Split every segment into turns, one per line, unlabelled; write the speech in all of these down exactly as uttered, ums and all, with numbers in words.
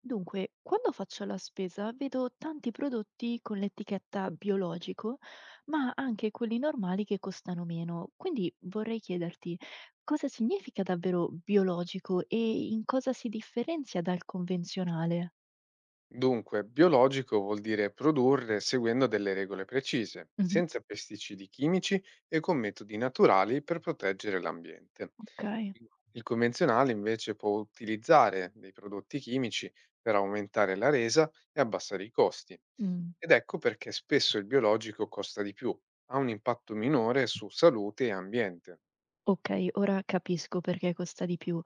Dunque, quando faccio la spesa vedo tanti prodotti con l'etichetta biologico, ma anche quelli normali che costano meno. Quindi vorrei chiederti cosa significa davvero biologico e in cosa si differenzia dal convenzionale?
Dunque, biologico vuol dire produrre seguendo delle regole precise,
Mhm.
senza pesticidi chimici e con metodi naturali per proteggere l'ambiente.
Ok,
Il il convenzionale invece può utilizzare dei prodotti chimici per aumentare la resa e abbassare i costi.
mm,
Ed ecco perché spesso il biologico costa di più, ha un impatto minore su salute e ambiente.
ok, ora capisco perché costa di più,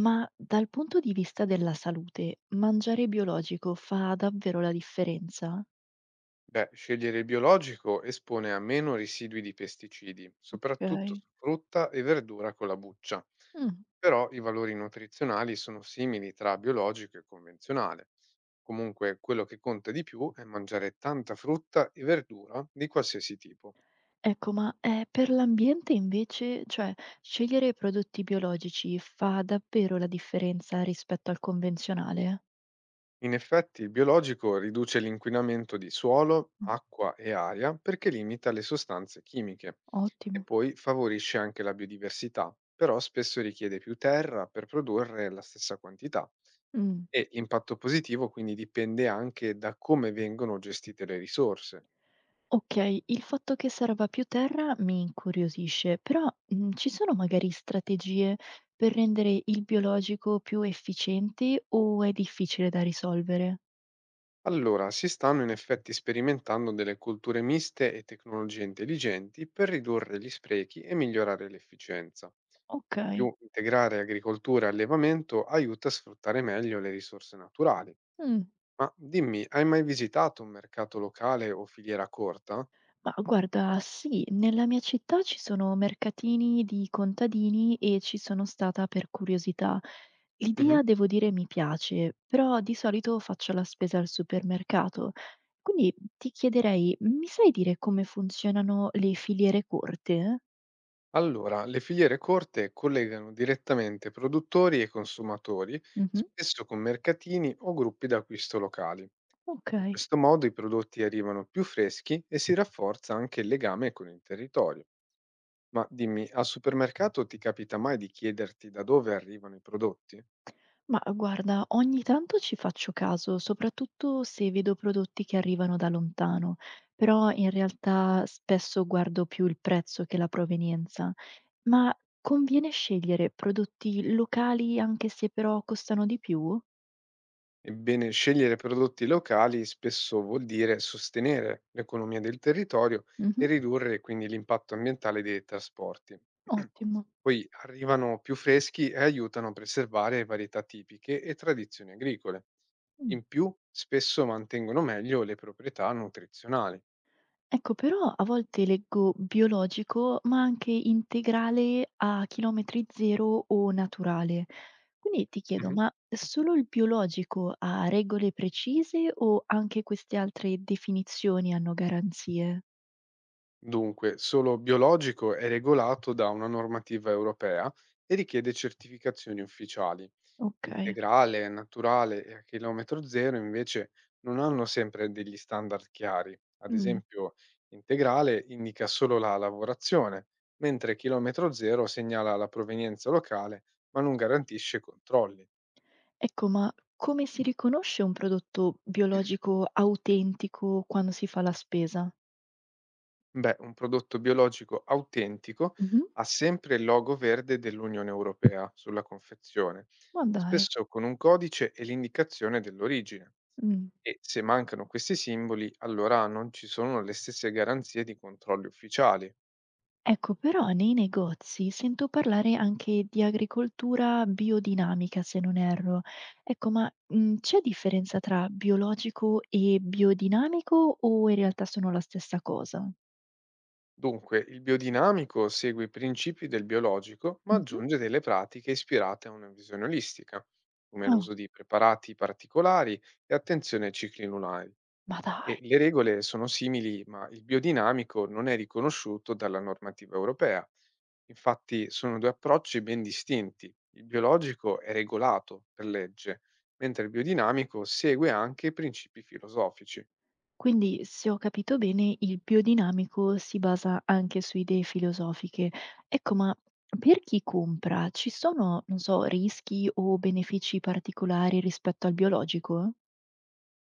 ma dal punto di vista della salute, mangiare biologico fa davvero la differenza?
Beh, scegliere il biologico espone a meno residui di pesticidi, soprattutto
Ok.
su frutta e verdura con la buccia.
Mm.
Però i valori nutrizionali sono simili tra biologico e convenzionale. Comunque, quello che conta di più è mangiare tanta frutta e verdura di qualsiasi tipo.
Ecco, ma, ehm, per l'ambiente invece, cioè, scegliere prodotti biologici fa davvero la differenza rispetto al convenzionale?
In effetti, il biologico riduce l'inquinamento di suolo,
Mh,
acqua e aria perché limita le sostanze chimiche e
ottimo.
poi favorisce anche la biodiversità, però spesso richiede più terra per produrre la stessa quantità
Mh,
e l'impatto positivo quindi dipende anche da come vengono gestite le risorse.
okay, il fatto che serva più terra mi incuriosisce, però, mhmm, ci sono magari strategie per rendere il biologico più efficiente o è difficile da risolvere?
Allora, si stanno in effetti sperimentando delle culture miste e tecnologie intelligenti per ridurre gli sprechi e migliorare l'efficienza. In
Okay.
più, integrare agricoltura e allevamento aiuta a sfruttare meglio le risorse naturali.
Mh.
Ma dimmi, hai mai visitato un mercato locale o filiera corta?
Ma guarda, sì, nella mia città ci sono mercatini di contadini e ci sono stata per curiosità.
Mhm.
L'idea, devo dire, mi piace, però di solito faccio la spesa al supermercato. Quindi ti chiederei, mi sai dire come funzionano le filiere corte?
Allora, le filiere corte collegano direttamente produttori e consumatori,
Mhm.
spesso con mercatini o gruppi d'acquisto locali. In
Ok.
questo modo i prodotti arrivano più freschi e si rafforza anche il legame con il territorio. Ma dimmi, al supermercato ti capita mai di chiederti da dove arrivano i prodotti?
Ma guarda, ogni tanto ci faccio caso, soprattutto se vedo prodotti che arrivano da lontano, però in realtà spesso guardo più il prezzo che la provenienza. Ma conviene scegliere prodotti locali anche se però costano di più?
Ebbene, scegliere prodotti locali spesso vuol dire sostenere l'economia del territorio
Mhm.
e ridurre quindi l'impatto ambientale dei trasporti.
Ottimo.
Poi arrivano più freschi e aiutano a preservare varietà tipiche e tradizioni agricole.
Mm.
In più, spesso mantengono meglio le proprietà nutrizionali.
Ecco, però a volte leggo biologico, ma anche integrale a chilometri zero o naturale. Quindi ti chiedo,
Mhm.
ma solo il biologico ha regole precise o anche queste altre definizioni hanno garanzie?
Dunque, solo biologico è regolato da una normativa europea e richiede certificazioni ufficiali.
Ok.
Integrale, naturale e a chilometro zero invece non hanno sempre degli standard chiari. Ad
Mm.
esempio, integrale indica solo la lavorazione, mentre chilometro zero segnala la provenienza locale, ma non garantisce controlli.
Ecco, ma come si riconosce un prodotto biologico autentico quando si fa la spesa?
Beh, un prodotto biologico autentico
Mh-mh.
ha sempre il logo verde dell'Unione Europea sulla confezione,
Ma dai.
spesso con un codice e l'indicazione dell'origine.
Mh.
E se mancano questi simboli, allora non ci sono le stesse garanzie di controlli ufficiali.
Ecco, però nei negozi sento parlare anche di agricoltura biodinamica, se non erro. Ecco, ma, mhmm, c'è differenza tra biologico e biodinamico o in realtà sono la stessa cosa?
Dunque, il biodinamico segue i principi del biologico, ma
Mh-mh.
aggiunge delle pratiche ispirate a una visione olistica, come
Ah,
l'uso di preparati particolari e attenzione ai cicli lunari.
ma dai.
E le regole sono simili, ma il biodinamico non è riconosciuto dalla normativa europea. Infatti sono due approcci ben distinti. Il biologico è regolato per legge, mentre il biodinamico segue anche i principi filosofici.
Quindi, se ho capito bene, il biodinamico si basa anche su idee filosofiche. Ecco, ma per chi compra ci sono, non so, rischi o benefici particolari rispetto al biologico?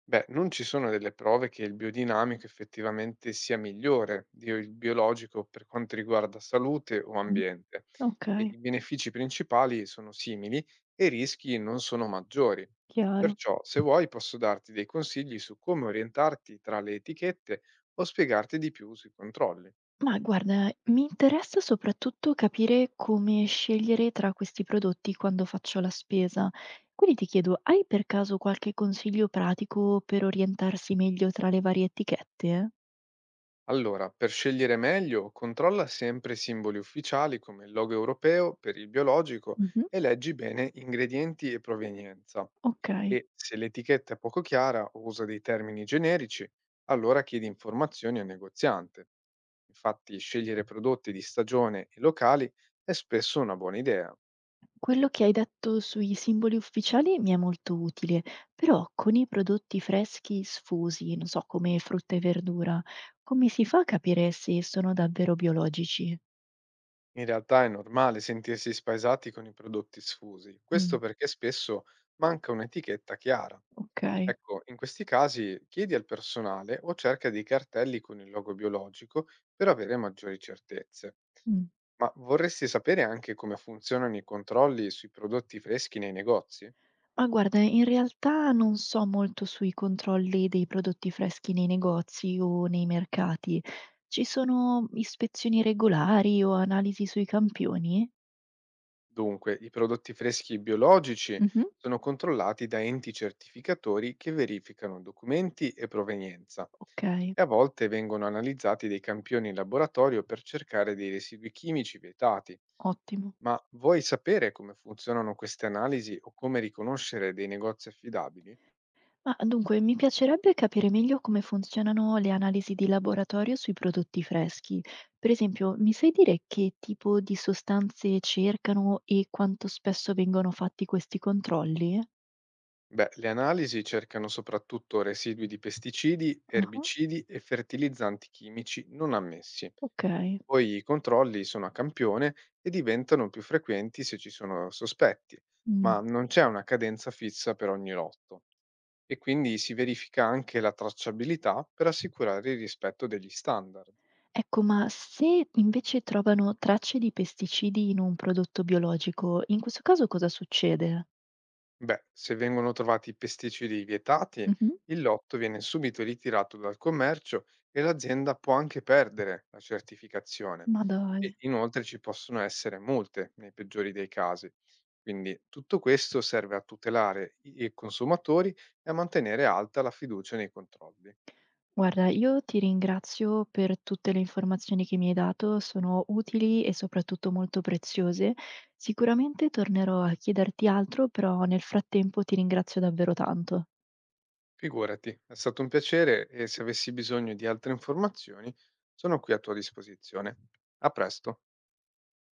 Beh, non ci sono delle prove che il biodinamico effettivamente sia migliore di il biologico per quanto riguarda salute o
Mh.
ambiente. E
Okay,
i benefici principali sono simili e i rischi non sono maggiori.
chiaro.
Perciò, se vuoi, posso darti dei consigli su come orientarti tra le etichette o spiegarti di più sui controlli.
Ma guarda, mi interessa soprattutto capire come scegliere tra questi prodotti quando faccio la spesa. Quindi ti chiedo, hai per caso qualche consiglio pratico per orientarsi meglio tra le varie etichette?
Allora, per scegliere meglio, controlla sempre i simboli ufficiali come il logo europeo per il biologico
Mh-mh.
e leggi bene ingredienti e provenienza.
Okay.
E se l'etichetta è poco chiara o usa dei termini generici, allora chiedi informazioni al negoziante. Infatti, scegliere prodotti di stagione e locali è spesso una buona idea.
Quello che hai detto sui simboli ufficiali mi è molto utile, però con i prodotti freschi sfusi, non so, come frutta e verdura, come si fa a capire se sono davvero biologici?
In realtà è normale sentirsi spaesati con i prodotti sfusi, questo
Mh,
perché spesso manca un'etichetta chiara.
okay.
Ecco, in questi casi chiedi al personale o cerca dei cartelli con il logo biologico per avere maggiori certezze.
Mh.
Ma vorresti sapere anche come funzionano i controlli sui prodotti freschi nei negozi?
Ma guarda, in realtà non so molto sui controlli dei prodotti freschi nei negozi o nei mercati. Ci sono ispezioni regolari o analisi sui campioni?
Dunque, i prodotti freschi biologici
Mhm.
sono controllati da enti certificatori che verificano documenti e provenienza
Ok,
e a volte vengono analizzati dei campioni in laboratorio per cercare dei residui chimici vietati.
ottimo.
Ma vuoi sapere come funzionano queste analisi o come riconoscere dei negozi affidabili?
Ma dunque, mi piacerebbe capire meglio come funzionano le analisi di laboratorio sui prodotti freschi. Per esempio, mi sai dire che tipo di sostanze cercano e quanto spesso vengono fatti questi controlli?
Beh, le analisi cercano soprattutto residui di pesticidi,
Ah,
erbicidi e fertilizzanti chimici non ammessi.
ok.
Poi i controlli sono a campione e diventano più frequenti se ci sono sospetti, ma
Mm.
non c'è una cadenza fissa per ogni lotto e quindi si verifica anche la tracciabilità per assicurare il rispetto degli standard.
Ecco, ma se invece trovano tracce di pesticidi in un prodotto biologico, in questo caso cosa succede?
Beh, se vengono trovati pesticidi vietati,
Mhm.
il lotto viene subito ritirato dal commercio e l'azienda può anche perdere la certificazione.
Ma
E
dai,
inoltre ci possono essere multe nei peggiori dei casi. Quindi tutto questo serve a tutelare i i consumatori e a mantenere alta la fiducia nei controlli.
guarda, io ti ringrazio per tutte le informazioni che mi hai dato, sono utili e soprattutto molto preziose. Sicuramente tornerò a chiederti altro, però nel frattempo ti ringrazio davvero tanto.
Figurati, è stato un piacere e se avessi bisogno di altre informazioni sono qui a tua disposizione. A presto.